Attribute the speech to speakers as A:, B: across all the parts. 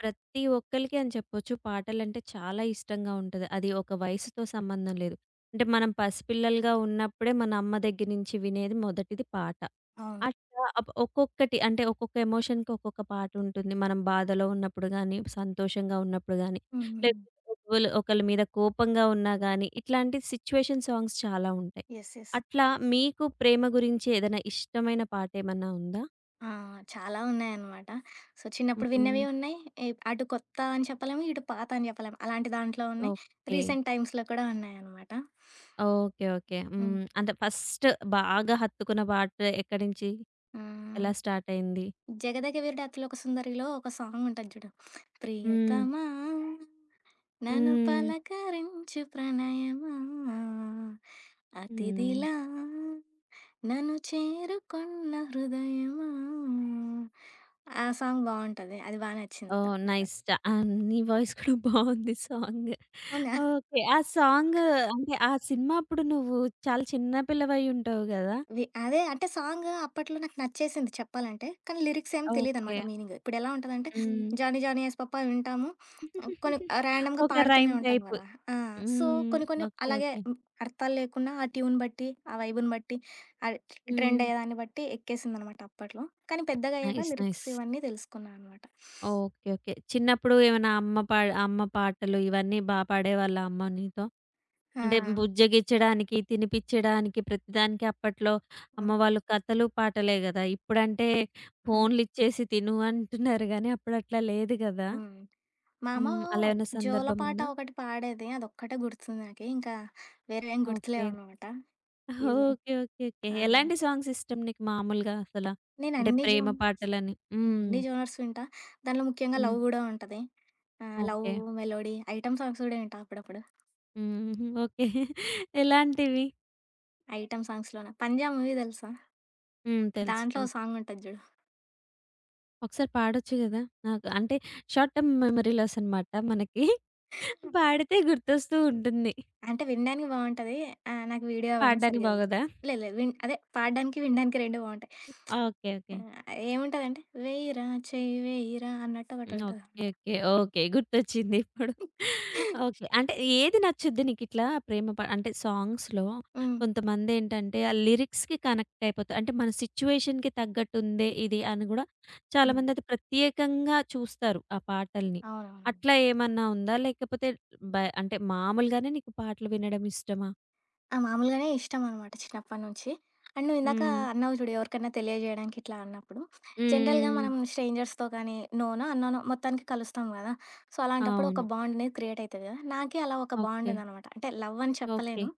A: ప్రతి ఒక్కళ్ళకి అని చెప్పొచ్చు. పాటలంటే చాలా ఇష్టంగా ఉంటది. అది ఒక వయసుతో సంబంధం లేదు. అంటే మనం పసిపిల్లలుగా ఉన్నప్పుడే మన అమ్మ దగ్గర నుంచి వినేది మొదటిది పాట.
B: అవును.
A: అట్లా ఒక్కొక్కటి అంటే ఒక్కొక్క ఎమోషన్‌కి ఒక్కొక్క పాట ఉంటుంది. మనం బాధలో ఉన్నప్పుడు గాని, సంతోషంగా ఉన్నప్పుడు గాని,
B: హుహు.
A: లేకపోతే ఒకళ్ళు ఒకళ్ళ మీద కోపంగా ఉన్నా గాని, ఇట్లాంటి సిట్యుయేషన్ సాంగ్స్ చాలా ఉంటాయి.
B: యెస్. యెస్.
A: అట్లా మీకు ప్రేమ గురించి ఏదైనా ఇష్టమైన పాట ఏమన్నా ఉందా?
B: ఆ! చాలా ఉన్నాయన్నమాట. సో, చిన్నప్పుడు విన్నవి
A: హ్మ్.
B: ఉన్నాయి. అటు కొత్త అని చెప్పలేము. ఇటు పాత అని చెప్పలేము. అలాంటి దాంట్లో ఉన్నాయి.
A: ఓకే.
B: రీసెంట్ టైమ్స్‌లో కూడా ఉన్నాయన్నమాట.
A: ఓకే. ఓకే.
B: హ్మ్.
A: హ్మ్. అంటే ఫస్ట్ బాగా హత్తుకున్న పాట ఎక్కడి నుంచి?
B: హ్మ్.
A: ఎలా స్టార్ట్ అయింది?
B: 'జగదగ వీరుడు అతిలోక సుందరి'లో ఒక సాంగ్ ఉంటది చూడు.
A: హ్మ్.
B: ప్రియతమా నన్ను
A: హ్మ్.
B: పలకరించు ప్రణయమా
A: హ్మ్.
B: అతిథిలా నన్ను చేరుకున్న హృదయమా. ఆ సాంగ్ బాగుంటది. అది బా నచ్చింది.
A: ఓహ్!
B: తప్పట్లా.
A: నైస్. ఆ! నీ వాయిస్ కూడా బావుంది సాంగ్.
B: అవునా?
A: ఓకే. ఆ సాంగ్ అంటే ఆ సినిమా అప్పుడు నువ్వు చాలా చిన్న పిల్లవై ఉంటావు గదా!
B: అదే అంటే సాంగ్ అప్పట్లో నాకు నచ్చేసింది చెప్పాలంటే. కానీ లిరిక్స్ ఏం
A: ఓకే.
B: తెలీదనమాట, మీనింగ్. ఇప్పుడెలా ఉంటదంటే
A: హ్మ్.
B: 'జానీ జానీ ఎస్ పాప' వింటాము. కొన్ని ర్యాండమ్‌గా
A: ఒక
B: పాడుతూనే
A: రైమ్
B: ఉంటాం
A: టైప్.
B: గదా! ఆ! సో,
A: హ్మ్.
B: కొన్ని కొన్ని
A: ఓకే.
B: అలాగే,
A: ఓకే.
B: హ్మ్, అర్థాలు లేకున్నా ఆ ట్యూన్ బట్టి, ఆ వైబుని బట్టి, ఆ ట్రెండ్
A: హ్మ్.
B: అయ్యేదాన్ని బట్టి ఎక్కేసిందనమాట అప్పట్లో. కానీ పెద్దగయ్యాక
A: నైస్.
B: Lyrics
A: nice.
B: ఇవన్నీ తెలుసుకున్నా అనమాట.
A: ఓకే. ఓకే. చిన్నప్పుడు ఏమైనా అమ్మ పాటలు ఇవన్నీ బా పాడేవాళ్ళా అమ్మ నీతో?
B: ఆ!
A: అంటే బుజ్జగించడానికి, తినిపిచ్చడానికి ప్రతిదానికి అప్పట్లో అమ్మ
B: హ్మ్.
A: వాళ్ళు కథలు, పాటలే గదా! ఇప్పుడంటే
B: హ్మ్.
A: ఫోన్‌లిచ్చేసి తిను అంటున్నారు గానీ, అప్పుడట్లా లేదు గదా!
B: హ్మ్. మా అమ్మ
A: హ్మ్. అలా ఏమైనా సందర్భం
B: జోలపాట
A: ఉందా?
B: ఒకటి పాడేది. అదొక్కటే గుర్తుంది నాకి. ఇంకా వేరేవేం
A: ఓకే.
B: గుర్తులేవనమాట. ఇది,
A: ఓకే. ఓకే. ఓకే.
B: ఆ!
A: ఎలాంటి సాంగ్స్ ఇష్టం నీకు మామూలుగా అసల? అంటే
B: నేనన్ని
A: ప్రేమ
B: జోన్
A: పాటలని. హ్మ్.
B: అన్ని జోనర్స్ వింటా. దాంట్లో ముఖ్యంగా
A: హ్మ్.
B: లవ్ గూడా ఉంటది. Love,
A: okay.
B: Melody, item songs గూడా వింటా అప్పుడప్పుడు.
A: హుహు. ఓకే. ఎలాంటివి?
B: ఐటెమ్ సాంగ్స్‌లోన 'పంజా' మూవీ తెలుసా?
A: హ్మ్. తెలుసు.
B: దాంట్లో ఓ
A: తెలుసు.
B: సాంగ్ ఉంటది జూడు.
A: ఒకసారి పాడొచ్చు గదా! నాకు అంటే షార్ట్ టర్మ్ మెమరీ లాస్ అనమాట మనకి. పాడితే గుర్తొస్తూ ఉంటుంది.
B: అంటే వినడానికి బావుంటది. నాకు వీడియో అవన్నీ
A: పాడడానికి
B: సరిగ్గా తెలీదు.
A: బాగోదా?
B: లేదు లేదు. అదే పాడడానికి, వినడానికి 2 బావుంటాయి.
A: ఓకే. ఓకే.
B: ఆహ్, ఏముంటదంటే "వేయిరా చెయ్యి వేయిరా" అన్నట్టు
A: హ్మ్. ఓకే.
B: ఒకటుంటదనమాట.
A: ఓకే. ఓకే. గుర్తొచ్చింది ఇప్పుడు. ఓకే. అంటే ఏది నచ్చుద్ది నీకిట్లా ప్రేమ ప అంటే సాంగ్స్‌లో
B: హ్మ్.
A: కొంతమందేంటంటే ఆ లిరిక్స్‌కి కనెక్ట్ అయిపోతారు. అంటే మన సిచ్యుయేషన్‌కి తగ్గట్టుందే ఇది అని గూడా
B: హ్మ్.
A: చాలామంది అది ప్రత్యేకంగా చూస్తారు ఆ పాటల్ని.
B: అవునవునవును.
A: అట్లా ఏమన్నా ఉందా? లేకపోతే బ అంటే మామూలుగానే నీకు పాటలు వినడం ఇష్టమా?
B: ఆ! మామూలుగానే ఇష్టం అనమాట చిన్నప్పటి నుంచి. అండ్ నువ్వు ఇందాక
A: హ్మ్.
B: అన్నావు చూడు ఎవరికైనా తెలియజేయడానికి ఇట్లా అన్నప్పుడు. జనరల్‌గా
A: హ్మ్.
B: మనం స్ట్రేంజర్స్‌తో కానీ నోనో, అన్నోనో మొత్తానికి కలుస్తాం కదా! సో, అలాంటప్పుడు ఒక
A: అవును.
B: బాండ్ అనేది క్రియేట్ అయితది కదా! నాకే అలా ఒక బాండ్
A: ఓకే.
B: ఉందనమాట. అంటే లవ్ అని
A: ఓకే.
B: చెప్పలేను.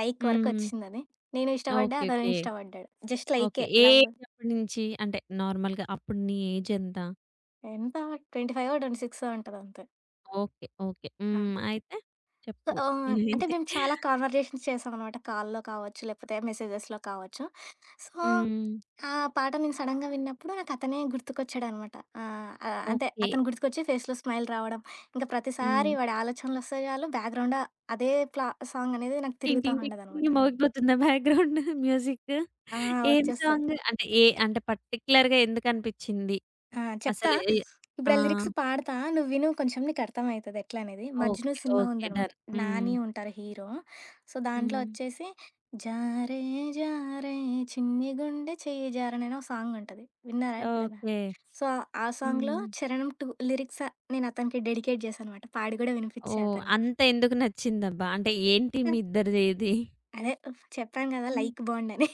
B: లైక్ వరకు
A: హ్మ్.
B: వచ్చిందది. నేను ఇష్టపడ్డా,
A: ఓకే.
B: అతను
A: ఓకే.
B: ఇష్టపడ్డాడు. Just
A: okay.
B: లైకే
A: ఏ
B: లవ్.
A: ఏజ్ అప్పటి నుంచి? అంటే నార్మల్‌గా అప్పుడు నీ ఏజ్ ఎంత?
B: ఎంత, 25ఓ, 26ఓ ఉంటది అంతే.
A: ఓకే. ఓకే.
B: ఆ!
A: హ్మ్. అయితే చెప్పు.
B: ఆహ్, అంటే
A: ఏమైంది?
B: మేము చాలా కాన్వర్జేషన్స్ చేసామనమాట. కాల్‌లో కావచ్చు, లేకపోతే మెసేజెస్‌లో కావచ్చు. సో,
A: హ్మ్.
B: ఆ పాట నేను సడెన్‌గా విన్నప్పుడు నాకు అతనే గుర్తుకొచ్చాడనమాట. ఆహ్, ఆహ్, అంటే
A: ఓకే.
B: అతను గుర్తుకొచ్చి ఫేస్‌లో స్మైల్ రావడం, ఇంకా ప్రతిసారి
A: హ్మ్.
B: వాడి ఆలోచనలొస్తే చాలు బ్యాక్‌గ్రౌండ్, అదే ప్లా సాంగ్ అనేది నాకు
A: టింగ్
B: తిరుగుతా
A: టింగ్ టింగ్
B: ఉండదనమాట.
A: టింగ్ మోగిపోతుందా బ్యాక్‌గ్రౌండ్ మ్యూజిక్?
B: ఆ!
A: ఏం
B: వచ్చేస్తది.
A: సాంగ్? అంటే ఏ అంటే పర్టిక్యులర్‌గా ఎందుకనిపిచ్చింది?
B: ఆ! చెప్తా.
A: అసలు ఆ!
B: ఇప్పుడు ఆ లిరిక్స్ పాడతా. నువ్వు విను కొంచెం, నీకు అర్థమైతది ఎట్లా అనేది. 'మజ్ను'
A: ఓకే.
B: సినిమా
A: ఓకే.
B: ఉందనమాట.
A: డన్. హ్మ్.
B: 'నాని' ఉంటారు హీరో. సో, దాంట్లో
A: హ్మ్.
B: వచ్చేసి జారే జారే చిన్ని గుండె చెయ్యి జారనని ఒక సాంగ్ ఉంటది. విన్నారా ఎప్పుడైనా?
A: ఓకే.
B: సో, ఆ సాంగ్‌లో
A: హ్మ్.
B: 'చరణం 2' లిరిక్స్ నేను అతనికి డెడికేట్ చేశాననమాట. పాడి కూడా వినిపిచ్చా
A: ఓహ్!
B: అతనికి.
A: అంత ఎందుకు నచ్చిందబ్బా? అంటే ఏంటి మీ ఇద్దరిది ఇది?
B: అదే చెప్పాను కదా!
A: హ్మ్.
B: లైక్ బాండని.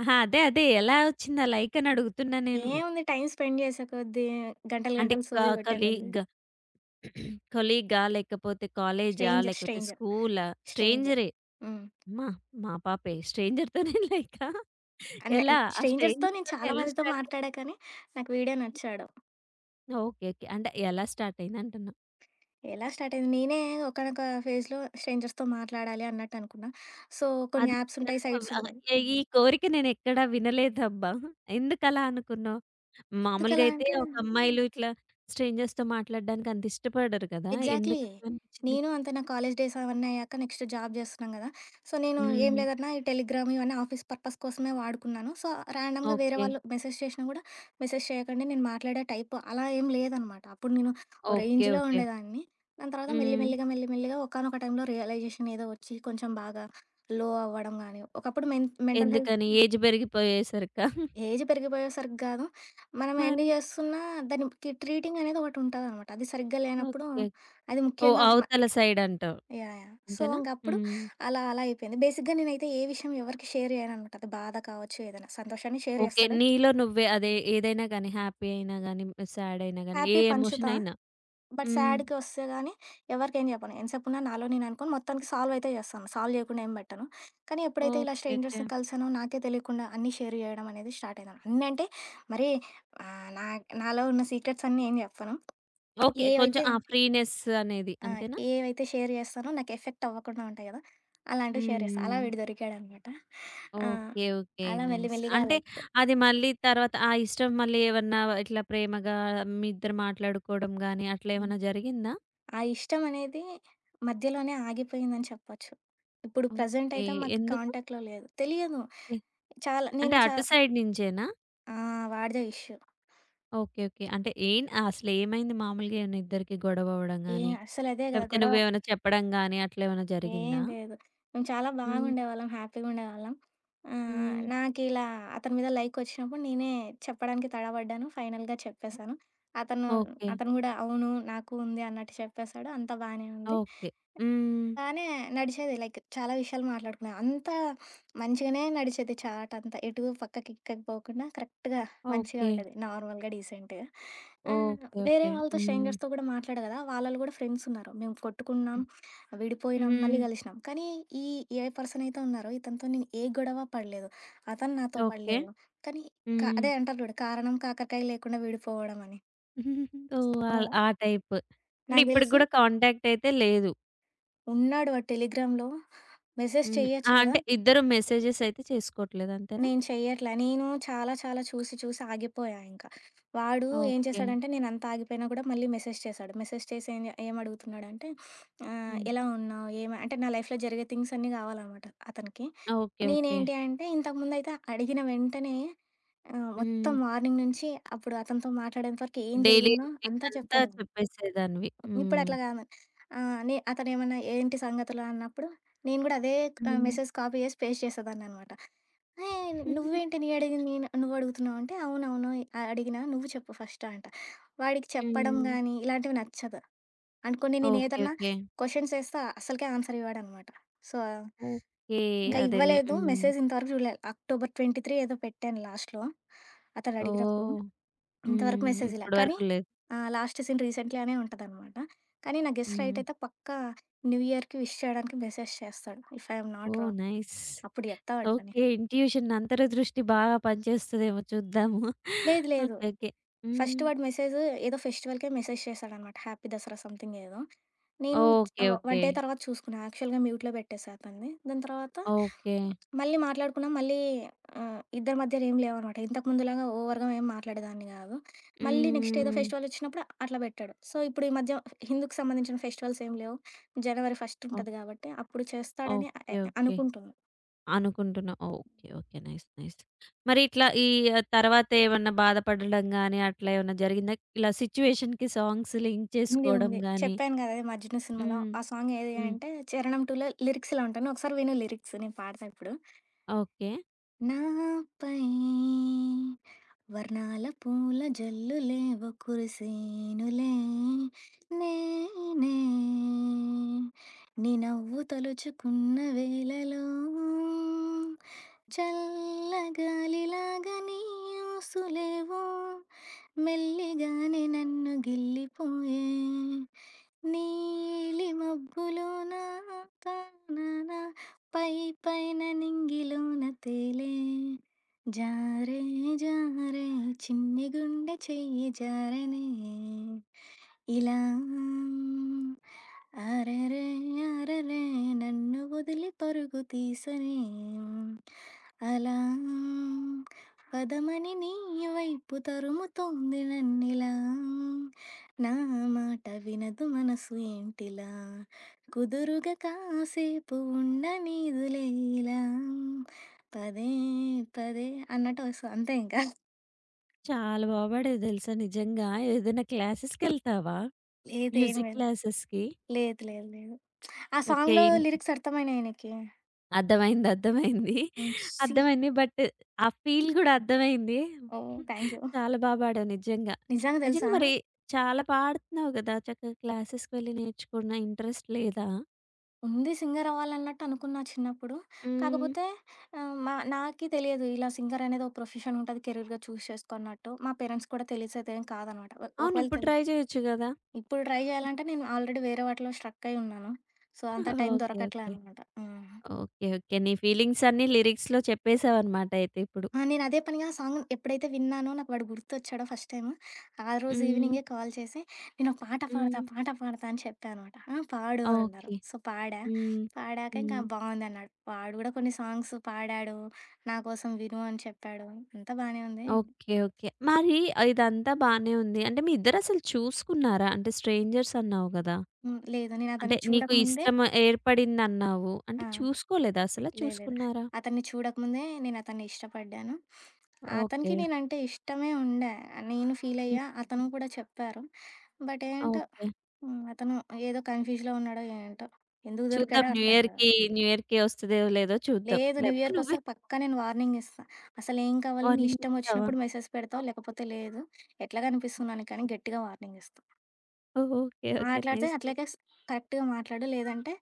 A: అహా! అదే. అదే. ఎలా వచ్చిందా లైక్ అని అడుగుతున్నా నేను.
B: ఏముంది, టైమ్ స్పెండ్ చేసే కొద్దీ గంటలు
A: అంటే
B: గంటలు
A: క
B: సోది కొట్టే కొద్దీ.
A: కలీగ్ కొలీగా? లేకపోతే కాలేజా?
B: స్ట్రేంజర్,
A: లేకపోతే
B: స్ట్రేంజర్,
A: స్కూలా?
B: స్ట్రేంజర్.
A: స్ట్రేంజరే.
B: హ్మ్.
A: అమ్మా! మా పాపే. స్ట్రేంజర్‌తోనే లైకా?
B: ఆ!
A: ఎలా? ఆ
B: స్ట్రేంజర్స్‌తో నేను
A: స్ట్రేంజర్‌తోనే
B: చాలా
A: ఎలా
B: మందితో
A: స్టార్ట్
B: మాట్లాడా,
A: అయింది?
B: కానీ నాకు వీడే నచ్చాడు.
A: ఓకే. ఓకే. అంటే ఎలా స్టార్ట్ అయింది అంటున్నా.
B: ఎలా స్టార్ట్ అయింది, నేనే ఒకానొక ఫేజ్‌లో స్ట్రేంజర్స్‌తో మాట్లాడాలి అన్నట్టనుకున్నా. సో, కొన్ని
A: అది
B: యాప్స్
A: అంటే
B: ఉంటాయి,
A: అవ్
B: సైట్స్
A: ఆహ్,
B: ఉంటాయి.
A: ఈ కోరిక నేనెక్కడా వినలేదబ్బా! ఎందుకలా అనుకున్నావు? మామూలుగా
B: ఎందుకలా
A: అయితే
B: అంటే
A: ఒక అమ్మాయిలు ఇట్లా స్ట్రేంజర్స్‌తో మాట్లాడడానికి అంత ఇష్టపడరు కదా!
B: ఎగ్జాక్ట్‌లీ.
A: ఎందుకట్లా అనిపించింది?
B: నేను అంతే, నా కాలేజ్ డేస్ అవన్నీ అయ్యాక నెక్స్ట్ జాబ్ చేస్తున్నాం గదా! సో, నేను ఏం
A: హ్మ్.
B: లేదన్నా ఈ టెలిగ్రామ్ ఇవన్నీ ఆఫీస్ పర్పస్ కోసమే వాడుకున్నాను. సో, ర్యాండమ్‌గా వేరే
A: ఓకే.
B: వాళ్ళు మెసేజ్ చేషినా గూడా, మెసేజ్ చేయకండి, నేను మాట్లాడే టైప్ అలా ఏం లేదనమాట. అప్పుడు నేను ఓ
A: ఓకే.
B: రేంజ్‌లో
A: ఓకే.
B: ఉండేదాన్ని. దాని తర్వాత మెల్లి
A: హ్మ్.
B: మెల్లిగా, ఒకానొక టైంలో రియలైజేషన్ ఏదో వచ్చి కొంచెం బాగా లో అవ్వడం గానీ, ఒకప్పుడు మెన్ మెంటల్ హెల్త్.
A: ఎందుకని? ఏజ్ పెరిగిపోయేసరికా?
B: ఏజ్ పెరిగిపోయేసరికి గాదు. మనం ఎన్ని
A: మరి?
B: జేస్తున్నా దానికి ట్రీటింగ్ అనేది ఒకటుంటదనమాట. అది సరిగ్గా లేనప్పుడు
A: ఓకే.
B: అది
A: ఓహ్!
B: ముఖ్యంగా
A: అవతల సైడ్ అంటావు.
B: యాహ్! యాహ్! సో,
A: అంతేనా?
B: ఇంకప్పుడు
A: హ్మ్.
B: అలా అలా అయిపోయింది. బేసిక్‌గా నేనైతే ఏ విషయం ఎవరికీ షేర్ చేయననమాట. అది బాధ కావచ్చు, ఏదైనా సంతోషాన్ని షేర్
A: ఓకే.
B: చేస్తాలే.
A: నీలో నువ్వే అదే ఏదైనా గానీ, హ్యాపీ అయినా గానీ, సాడ్ అయినా గానీ, ఏ
B: హ్యాపీ
A: ఎమోషన్
B: పంచుతా.
A: అయినా.
B: బట్
A: హ్మ్.
B: సాడ్‌కి వస్తే గానీ ఎవరికేం చెప్పను. ఎంతసేపున్నా నాలో నేను అనుకోని మొత్తానికి సాల్వ్ అయితే చేస్తాను. సాల్వ్ చేయకుండా ఏం పెట్టను. కానీ ఎప్పుడైతే ఇలా
A: ఓకే. ఓకే.
B: స్ట్రేంజర్స్‌ని కలిసానో, నాకే తెలియకుండా అన్నీ షేర్ చేయడం అనేది స్టార్ట్ అయ్యేదాన్ని. అన్నీ అంటే మరీ ఆహ్, నా నాలో ఉన్న సీక్రెట్స్ అన్నీ ఏం చెప్పను.
A: ఓకే. కొంచెం
B: ఏవైతే,
A: ఆ ఫ్రీనెస్ అనేది.
B: ఆ!
A: అంతేనా?
B: ఏవైతే షేర్ చేస్తానో నాకు ఎఫెక్ట్ అవ్వకుండా ఉంటాయి కదా!
A: హ్మ్.
B: అలాంటివి షేర్ చేస్తా. అలా
A: హ్మ్.
B: వీడు దొరికాడనమాట. ఆ!
A: ఓకే. ఓకే.
B: అలా మెల్లి
A: నైస్.
B: మెల్లిగా
A: అంటే
B: లైక్.
A: అది మళ్ళీ తర్వాత ఆ ఇష్టం మళ్ళీ ఏమన్నా ఇట్లా ప్రేమగా మీ ఇద్దరు మాట్లాడుకోవడం గానీ, అట్లా
B: హ్మ్.
A: ఏమన్నా జరిగిందా?
B: ఆ ఇష్టం అనేది మధ్యలోనే ఆగిపోయిందని చెప్పొచ్చు. ఇప్పుడు ప్రెజెంట్
A: ఓకే.
B: అయితే మాకు
A: ఎందుకు?
B: కాంటాక్ట్‌లో లేదు. తెలియదు. చాలా
A: అంటే
B: నేను చా
A: అటు సైడ్ నించేనా?
B: ఆ! వాడిదే ఇష్యూ.
A: ఓకే. ఓకే. అంటే అసలేమైంది మామూలుగా ఏమన్నా ఇద్దరికి గొడవ అవ్వడం
B: ఏ
A: గాని,
B: అస్సలదే కదా
A: లేపోతే
B: గొడవ.
A: నువ్వేమైనా చెప్పడం గాని అట్లేమైనా
B: ఏం
A: జరిగిందా?
B: లేదు. మేము చాలా
A: హ్మ్.
B: బాగుండేవాళ్ళం. హ్యాపీగుండేవాళ్ళం.
A: హ్మ్.
B: నాకిలా అతని మీద లైకొచ్చినప్పుడు నేనే చెప్పడానికి తడబడ్డాను. ఫైనల్‌గా చెప్పేసాను. అతను,
A: ఓకే.
B: గూడా అవును నాకు ఉంది అన్నట్టు చెప్పేసాడు. అంతా బానే ఉంది.
A: ఓకే. హ్మ్.
B: బానే నడిచేది. లైక్ చాలా విషయాలు మాట్లాడుకున్నాం. అంతా మంచిగానే నడిచేది, చాట్ అంతా. ఎటు పక్కకి ఇక్కకి పోకుండా కరెక్ట్‌గా మంచిగా
A: ఓకే.
B: ఉండేది. నార్మల్‌గా, డీసెంట్‌గా. ఆహ్,
A: ఓకే.
B: వేరే
A: ఓకే.
B: వాళ్ళతో
A: హ్మ్.
B: స్ట్రేంజర్స్‌తో కూడా మాట్లాడా కదా! వాళ్ళలో కూడా ఫ్రెండ్స్ ఉన్నారు. మేము కొట్టుకున్నాం, విడిపోయినాం,
A: హ్మ్.
B: మళ్ళీ కలిసినాం. కానీ ఈ ఏ పర్సన్ అయితే ఉన్నారో ఇతనితో నేను ఏ గొడవ పడలేదు. అతను నాతో
A: ఓకే.
B: పడలేదు. కానీ
A: హ్మ్.
B: అదే అంటారు చూడు, కారణం కాకరకాయ లేకుండా విడిపోవడం అని.
A: ఓహ్!
B: ఆ,
A: ఆల్ ఆ టైపు. అంటే
B: నాకు
A: ఇప్పటికి
B: తెలిసి
A: గూడా కాంటాక్ట్ అయితే లేదు.
B: ఉన్నాడు వాడు టెలిగ్రామ్‌లో, మెసేజ్
A: హ్మ్. ఆ!
B: చేయొచ్చు కదా!
A: అంటే ఇద్దరు మెసేజెస్ అయితే చేసుకోవట్లేదు అంతేనా?
B: నేను చెయ్యట్లే. నేను చాలా చాలా చూసి చూసి ఆగిపోయా ఇంకా. వాడు ఏం
A: ఓకే.
B: చేశాడంటే నేనంత ఆగిపోయినా కూడా మళ్ళీ మెసేజ్ చేశాడు. మెసేజ్ చేసి ఏం ఏమడుగుతున్నాడంటే,
A: హ్మ్.
B: ఎలా ఉన్నావు? అంటే నా లైఫ్‌లో జరిగే థింగ్స్ అన్నీ కావాలనమాట అతనికి.
A: ఓకే. ఓకే.
B: నేనేంటి అంటే ఇంతకుముందయితే అడిగిన వెంటనే
A: హ్మ్.
B: మొత్తం మార్నింగ్ నుంచి అప్పుడు అతనితో మాట్లాడేంత వరకు ఏం
A: డైలీ
B: జరిగిందో
A: రొటీన్
B: అంతా
A: అంతా
B: చెప్పేదాన్ని.
A: చెప్పేసేదానివి. హ్మ్.
B: ఇప్పుడట్లా కాదు. ఆహ్, నే అతనేమన్నా ఏంటి సంగతులు అన్నప్పుడు నేను కూడా అదే
A: హ్మ్.
B: మెసేజ్ కాపీ చేసి పేస్ట్ చేసేదాన్ననమాట. ఏయ్! నువ్వేంటి నీ అడిగింది నేను, నువ్వు అడుగుతున్నావు అంటే, అవునవును, ఆ అడిగినా నువ్వు చెప్పు ఫస్ట్ అంట. వాడికి చెప్పడం
A: హ్మ్.
B: గానీ, ఇలాంటివి నచ్చదు. అండ్ కొన్ని
A: ఓకే.
B: నేనేదన్నా
A: ఓకే.
B: క్వెషన్స్ ఏస్తే అస్సలకే ఆన్సర్ ఇవ్వడనమాట. So,
A: okay.
B: ఇంకా
A: అదేలే.
B: ఇవ్వలేదు.
A: హ్మ్.
B: మెసేజ్ ఇంతవరకు చూడలే. అక్టోబర్ 23 ఏదో పెట్టాను లాస్ట్‌లో అతను అడిగినప్పుడు.
A: ఓహ్!
B: ఇంతవరకు
A: హ్మ్.
B: మెసేజ్ ఇలా.
A: ఇప్పటి
B: కానీ
A: వరకు లేదు.
B: లాస్ట్ సీన్ రీసెంట్‌గానే ఉంటదనమాట. కానీ నా గెస్
A: హ్మ్.
B: రైట్ అయితే పక్కా న్యూ ఇయర్‌కి విష్ చేయడానికి మెసేజ్ చేస్తాడు. If I am not
A: oh!
B: Wrong,
A: nice.
B: అప్పుడు చెప్తా వాడితోని.
A: ఓకే. ఇంట్యూషన్ అంతరదృష్టి బాగా పనిచేస్తదేమో చూద్దాము.
B: లేదు లేదు.
A: ఓకే. ఓకే.
B: ఫస్ట్
A: హ్మ్.
B: వాడు మెసేజు ఏదో ఫెస్టివల్‌కే మెసేజ్ చేశాడనమాట. హ్యాపీ దసరా సంథింగ్ ఏదో. నేను
A: ఓకే. ఓకే.
B: వన్ డే తర్వాత చూసుకున్నా. యాక్చువల్‌గా మ్యూట్‌లో పెట్టేశా అతన్ని. దాని తర్వాత
A: ఓకే.
B: మళ్ళీ మాట్లాడుకున్నాం. మళ్ళీ ఇద్దరి మధ్యలో ఏం లేవనమాట. ఇంతకు ముందులాగా ఓవర్‌గా ఏం మాట్లాడేదాన్ని కాదు. మళ్ళీ నెక్స్ట్ ఏదో
A: హ్మ్.
B: ఫెస్టివల్ వచ్చినప్పుడు అట్లా పెట్టాడు. సో, ఇప్పుడు ఈ మధ్య హిందూకి సంబంధించిన ఫెస్టివల్స్ ఏం లేవు. జనవరి ఫస్ట్
A: ఓహ్!
B: ఉంటది కాబట్టి అప్పుడు చేస్తాడని అ
A: ఓకే.
B: ఎ
A: ఓకే.
B: అనుకుంటున్నా.
A: అనుకుంటున్నా. ఓకే. ఓకే. నైస్. నైస్. మరి ఇట్లా ఈ తర్వాత ఏమన్నా బాధపడడం గాని, అట్లా ఏమన్నా జరిగిందా? ఇలా సిట్యుయేషన్‌కి సాంగ్స్ లింక్
B: ఉంది.
A: చేసుకోవడం
B: ఉంది.
A: గాని.
B: చెప్పాను గదా! అది 'మజ్ను' సినిమాలో.
A: హ్మ్.
B: ఆ సాంగ్ ఏది
A: హ్మ్.
B: అంటే 'చరణం 2లో' లిరిక్స్ ఇలా ఉంటాయి. నువ్వు ఒకసారి విను లిరిక్స్, నేను పాడతా ఇప్పుడు.
A: ఓకే.
B: నాపై వర్ణాల పూల జల్లులేవో కురిసేనులే, నేనే నీ నవ్వు తలుచుకున్న వేళలో, చల్లగాలిలాగా నీ ఊసులేవో మెల్లిగానే నన్ను గిల్లిపోయే, నీలి మబ్బులోన తానన పై పైన నింగిలోన తేలే, జారే జారే చిన్ని గుండె చెయ్యి జారనే ఇలా, అరరే అరరే నన్ను వదిలి పరుగు తీసనే అలా, పదమని నీ వైపు తరుముతోంది నన్నిలా, నా మాట వినదు మనసు ఏంటిలా, కుదురుగా కాసేపు ఉండనీదులేలా, పదే పదే అన్నట్టు వస్తుంది అంతే ఇంకా.
A: చాలా బా పాడావు తెలుసా నిజంగా. ఏదైనా క్లాసెస్‌కెళ్తావా?
B: లేదేం
A: మ్యూజిక్
B: లేదు.
A: క్లాసెస్‌కి?
B: లేదు లేదు లేదు. ఆ సాంగ్
A: ఓకే.
B: లో లిరిక్స్ అర్థమైనాయి ఆయనకి.
A: అర్థమైంది. అర్థమైంది.
B: సి.
A: అర్థమైంది. బట్ ఆ ఫీల్ గూడా అర్థమైంది.
B: Oh, thank you.
A: చాలా బా పాడావు నిజంగా.
B: నిజంగా
A: నిజంగా
B: తెలుసా.
A: మరి చాలా పాడుతున్నావు గదా! చక్కగా క్లాసెస్‌కి వెళ్లి నేర్చుకున్న ఇంట్రెస్ట్ లేదా?
B: ఉంది, సింగర్ అవ్వాలన్నట్టు అనుకున్నా చిన్నప్పుడు.
A: హ్మ్.
B: కాకపోతే, ఆ, మా నాకి తెలియదు ఇలా సింగర్ అనేది ఒక ప్రొఫెషన్ ఉంటుంది కెరీర్గా చూస్ చేసుకున్నట్టు, మా పేరెంట్స్ కూడా తెలిసేది ఏం కాదనమాట.
A: అవును.
B: ఒకవేళ
A: ఇప్పుడు
B: తెలి-
A: ట్రై చేయొచ్చు గదా!
B: ఇప్పుడు ట్రై జేయాలంటే నేను ఆల్రెడీ వేరే వాటిలో స్ట్రక్ అయి ఉన్నాను. సో, అంత టైం
A: ఓకే.
B: దొరకట్లే
A: ఓకే.
B: అనమాట. హ్మ్.
A: ఓకే. ఓకే. నీ ఫీలింగ్స్ అన్నీ లిరిక్స్‌లో చెప్పేసావన్నమాట అయితే ఇప్పుడు.
B: ఆ! నేను అదే పనిగా ఆ సాంగ్ ఎప్పుడైతే విన్నానో నాకు వాడు గుర్తొచ్చాడో ఫస్ట్ టైమ్, ఆ రోజు
A: హ్మ్.
B: ఈవినింగే కాల్ చేసి, "నేను ఒక పాట పాడతా,
A: హ్మ్.
B: పాట పాడతా" అని చెప్పా అనమాట. "ఆ! పాడు" అన్నారు.
A: ఓకే.
B: సో, పాడా.
A: హ్మ్.
B: పాడాక ఇంకా
A: హ్మ్.
B: బావుందన్నాడు. వాడు గూడా కొన్ని సాంగ్స్ పాడాడు, నా కోసం విను అని చెప్పాడు. అంతా బానే ఉంది.
A: ఓకే. ఓకే. మరి ఇదంతా బానే ఉంది. అంటే మీ ఇద్దరసలు చూసుకున్నారా? అంటే స్ట్రేంజర్స్ అన్నావు గదా!
B: హ్మ్. లేదు, నేను
A: అంటే
B: అతన్ని
A: నీకు
B: చూడకముందే.
A: ఇష్టం ఏర్పడిందన్నావు.
B: ఆ!
A: అంటే చూసుకోలేదా అసల?
B: లేదు లేదు.
A: చూసుకున్నారా?
B: అతన్ని చూడకముందే నేనతన్ని ఇష్టపడ్డాను.
A: ఓకే.
B: అతనికి నేనంటే ఇష్టమే ఉండే. నేను
A: హ్మ్.
B: ఫీలయ్యా, అతను కూడా చెప్పారు. బట్ ఏంటో.
A: ఓకే.
B: హ్మ్. అతను ఏదో కన్‌ఫ్యూజ్‌లో ఉన్నాడో ఏంటో! ఎందుకు
A: చూద్దాం
B: దొరికాడో
A: న్యూ
B: అర్థం కాదు.
A: ఇయర్‌కి, న్యూ ఇయర్‌కి వస్తదో లేదో చూద్దాం.
B: లేదు, న్యూ
A: లేకపోతే
B: ఇయర్‌కొస్తే
A: నువ్వే
B: పక్కా నేను వార్నింగ్ ఇస్తా. అసలేం కావాలి, నీ
A: వార్నింగ్
B: ఇష్టం
A: ఇస్తావా?
B: వచ్చినప్పుడు మెసేజ్ పెడతావు,
A: ఓకే.
B: లేకపోతే లేదు. ఎట్లా కనిపిస్తున్నాను కానీ గట్టిగా వార్నింగ్ ఇస్తా.
A: ఓహ్! ఓకే. ఓకే.
B: మాట్లాడితే
A: నైస్. నైస్.
B: అట్లాగే కరెక్ట్‌గా మాట్లాడు. లేదంటే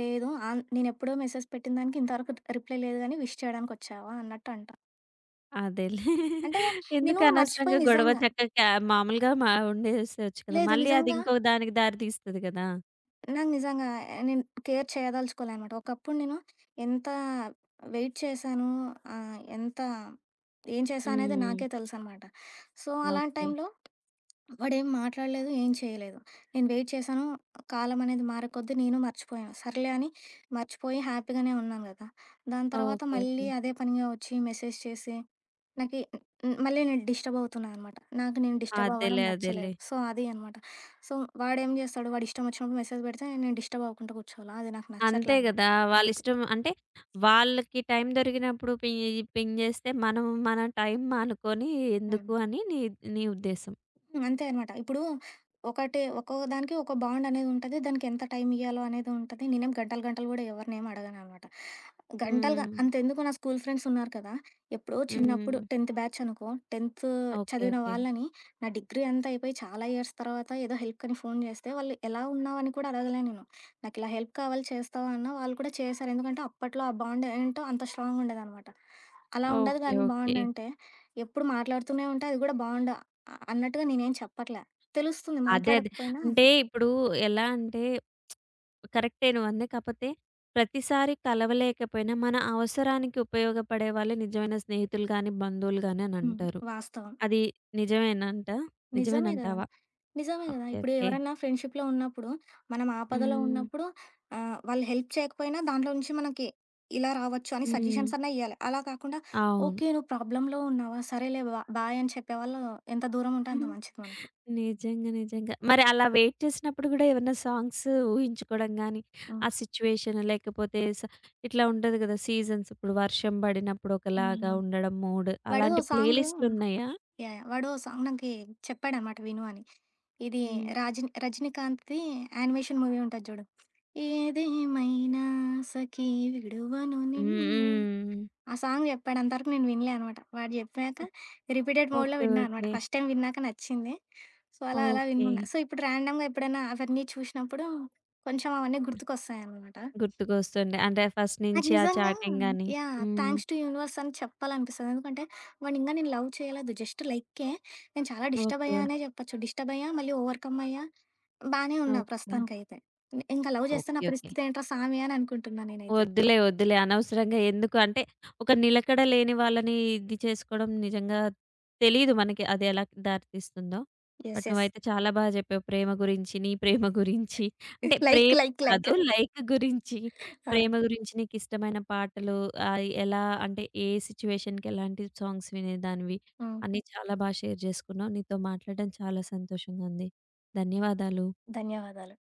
B: లేదు. ఆన్ నేనెప్పుడో మెసేజ్ పెట్టిన దానికి ఇంతవరకు రిప్లై లేదు గానీ విష్ చేయడానికొచ్చావా అన్నట్టు అంటా.
A: అదేలే.
B: అంటే
A: ఎందుకు
B: నేను మర్చిపోయి
A: అనవసరంగా గొడవ
B: నిజంగా.
A: చక్కగా మామూలుగా మా ఉండేసేయొచ్చు కదా!
B: లేదు
A: మళ్ళీ అది
B: నిజంగా,
A: ఇంకో దానికి దారి తీస్తది గదా!
B: నాకు నిజంగా నేను కేర్ చేయదలుచుకోలేదనమాట. ఒకప్పుడు నేను ఎంత వెయిట్ చేశాను, ఎంత ఏం చేశా అనేది
A: హ్మ్.
B: నాకే తెలుసనమాట. సో, అలాంటి
A: ఓకే.
B: టైంలో వాడేం మాట్లాడలేదు, ఏం చేయలేదు. నేను వెయిట్ చేశాను. కాలం అనేది మారేకొద్దీ నేను మర్చిపోయాను. సర్లే అని మర్చిపోయి హ్యాపీగానే ఉన్నాను గదా! దాని తర్వాత
A: ఓకే.
B: మళ్ళీ
A: ఓకే.
B: అదే పనిగా వచ్చి మెసేజ్ చేసి నాకి, హ్మ్, మళ్ళీ నేను డిస్టర్బ్ అవుతున్నాననమాట. నాకు నేను డిస్టర్బ్ అవ్వడం
A: అదేలే. అదేలే.
B: నచ్చలేదు. సో, అది అనమాట. సో, వాడేం చేస్తాడు, వాడిష్టం వచ్చినప్పుడు మెసేజ్ పెడితే నేను డిస్టర్బ్ అవ్వకుండా కూర్చోవాలా, అది నాకు
A: అంతే
B: నచ్చట్లే అనమాట.
A: గదా!
B: అందుకు.
A: వాళ్ళిష్టం అంటే, వాళ్ళకి టైం దొరికినప్పుడు పింగ్ జేస్తే, మనం మన టైం మానుకొని
B: హ్మ్.
A: ఎందుకు అని నీ నీ ఉద్దేశం.
B: హ్మ్. అంతే అనమాట. ఇప్పుడు ఒకటి, ఒక్కో దానికి ఒక బాండ్ అనేది ఉంటది. దానికి ఎంత టైం ఇయ్యాలో అనేది ఉంటది. నేనేం గంటలు, గంటలు గూడా ఎవరినేమి అడగననమాట. గంటలుగా
A: హ్మ్.
B: అంతెందుకు, నా స్కూల్ ఫ్రెండ్స్ ఉన్నారు కదా! ఎప్పుడో చిన్నప్పుడు
A: హ్మ్.
B: 10థ్ బ్యాచ్ అనుకో, 10థ్
A: ఓకే.
B: చదివిన
A: ఓకే.
B: వాళ్ళని నా డిగ్రీ అంతా అయిపోయి చాలా ఇయర్స్ తర్వాత ఏదో హెల్ప్‌కని ఫోను చేస్తే వాళ్ళు ఎలా ఉన్నావు అని కూడా అడగలే నేను. నాకిలా హెల్ప్ కావాలి చేస్తావా అన్నా వాళ్ళు కూడా చేశారు. ఎందుకంటే అప్పట్లో ఆ బాండ్ ఏంటో అంత స్ట్రాంగ్ ఉండేదనమాట. అలా ఉండదు
A: ఓకే.
B: గానీ
A: ఓకే.
B: బాండ్ అంటే ఎప్పుడు మాట్లాడుతూనే ఉంటే అది కూడా బాండ్ అన్నట్టుగా, నేనేం చెప్పట్లా. తెలుస్తుంది, హ్మ్,
A: అదే. అదే.
B: మాట్లాడకపోయినా.
A: అంటే ఇప్పుడు ఎలా అంటే, కరెక్టే నువ్వంది. కాపోతే ప్రతిసారి కలవలేకపోయినా, మన అవసరానికి ఉపయోగపడే వాళ్ళే నిజమైన స్నేహితులు గానీ, బంధువులు గానీ
B: హ్మ్.
A: అనంటారు.
B: వాస్తవం.
A: అది నిజమేనంట
B: నిజమే గదా!
A: నిజమేనంటావా?
B: నిజమే గదా!
A: ఓకే.
B: ఇప్పుడు
A: ఓకే.
B: ఎవరన్నా ఫ్రెండ్‌షిప్‌లో ఉన్నప్పుడు, మనం ఆపదలో
A: హ్మ్.
B: ఉన్నప్పుడు వాళ్ళు హెల్ప్ చేయకపోయినా దాంట్లో నుంచి మనకి ఇలా రావచ్చు అని
A: హ్మ్.
B: సజెషన్స్ అన్నా ఇయ్యాలి. అలా కాకుండా,
A: అవును.
B: ఓకే, నువ్వు ప్రాబ్లమ్‌లో ఉన్నావా, సరేలే బాయ్ అని చెప్పేవాళ్ళు ఎంత దూరం ఉంటే అంత
A: హుహు.
B: మంచిది మనకి.
A: నిజంగా. నిజంగా. మరి అలా వెయిట్ చేసినప్పుడు గూడా ఏమన్నా సాంగ్స్ ఊహించుకోవడం గాని,
B: హ్మ్.
A: ఆ సిచ్యుయేషన్ లేకపోతే ఇట్లా ఉంటది గదా! సీజన్స్ ఇప్పుడు వర్షం బడినప్పుడు ఒకలాగా
B: హ్మ్.
A: ఉండడం మూడ్
B: వాడు
A: అలాంటి
B: సాంగు యాహ్!
A: ప్లేలిస్ట్‌లున్నాయా?
B: యాహ్! వాడు ఓ సాంగ్ నాకి చెప్పాడనమాట, విను అని. ఇది
A: హ్మ్.
B: రజనీకాంత్‌ది యానిమేషన్ మూవీ ఉంటది చూడు. ఏదేమైనా సఖీ విడువను
A: హ్మ్.
B: నిన్నే,
A: హ్మ్.
B: ఆ సాంగ్ చెప్పాడు. అంతవరకు నేను వినలే అనమాట. వాడు చెప్పాక రిపీటెడ్ మోడ్‌లో
A: ఓకే.
B: విన్నా అనమాట.
A: ఓకే.
B: ఫస్ట్ టైమ్ విన్నాక నచ్చింది. సో, అలా అలా
A: ఓకే.
B: వినున్నా. సో, ఇప్పుడు ర్యాండమ్‌గా ఎప్పుడైనా అవన్నీ చూసినప్పుడు కొంచెం అవన్నీ గుర్తుకొస్తాయనమాట.
A: గుర్తుకొస్తుంది. అంటే ఫస్ట్
B: నాకు
A: నుంచి ఆ
B: నిజంగా
A: చాటింగ్ గాని.
B: యాహ్!
A: హ్మ్.
B: థాంక్స్ టు యూనివర్స్ అని చెప్పాలనిపిస్తది. ఎందుకంటే వాడిని ఇంగా నేను లవ్ చేయలేదు. జస్ట్ లైకే. నేను చాలా డిస్టర్బ్
A: ఓకే.
B: అయ్యా అనే చెప్పొచ్చు. డిస్టర్బ్ అయ్యా, మళ్ళీ ఓవర్‌కమ్ అయ్యా. బానే ఉన్నా
A: ఓకే.
B: ప్రస్తుతానికైతే. ఇంకా లవ్ చేస్తే నా
A: ఓకే. ఓకే.
B: పరిస్థితి ఏంట్రా సామి అని అనుకుంటున్నా నేనైతే.
A: వద్దులే, వద్దులే. అనవసరంగా ఎందుకు అంటే, ఒక నిలకడ లేని వాళ్ళని ఇది చేసుకోవడం నిజంగా తెలీదు మనకి అది ఎలా దారి తీస్తుందో.
B: యెస్.
A: But
B: yes.
A: నువ్వైతే చాలా బాగా చెప్పావు. ప్రేమ గురించి, నీ ప్రేమ గురించి అంటే
B: లైక్
A: ప్రేమ
B: లైక్ లైక్.
A: కాదు లైక్ గురించి,
B: ఆ!
A: ప్రేమ గురించి నీకిష్టమైన పాటలు ఎలా అంటే ఏ సిట్యుయేషన్‌కి ఎలాంటి సాంగ్స్ వినేదానివి
B: హ్మ్.
A: అన్నీ చాలా బాగా షేర్ చేసుకున్నావు. నీతో మాట్లాడడం చాలా సంతోషంగా ఉంది. ధన్యవాదాలు.
B: ధన్యవాదాలు.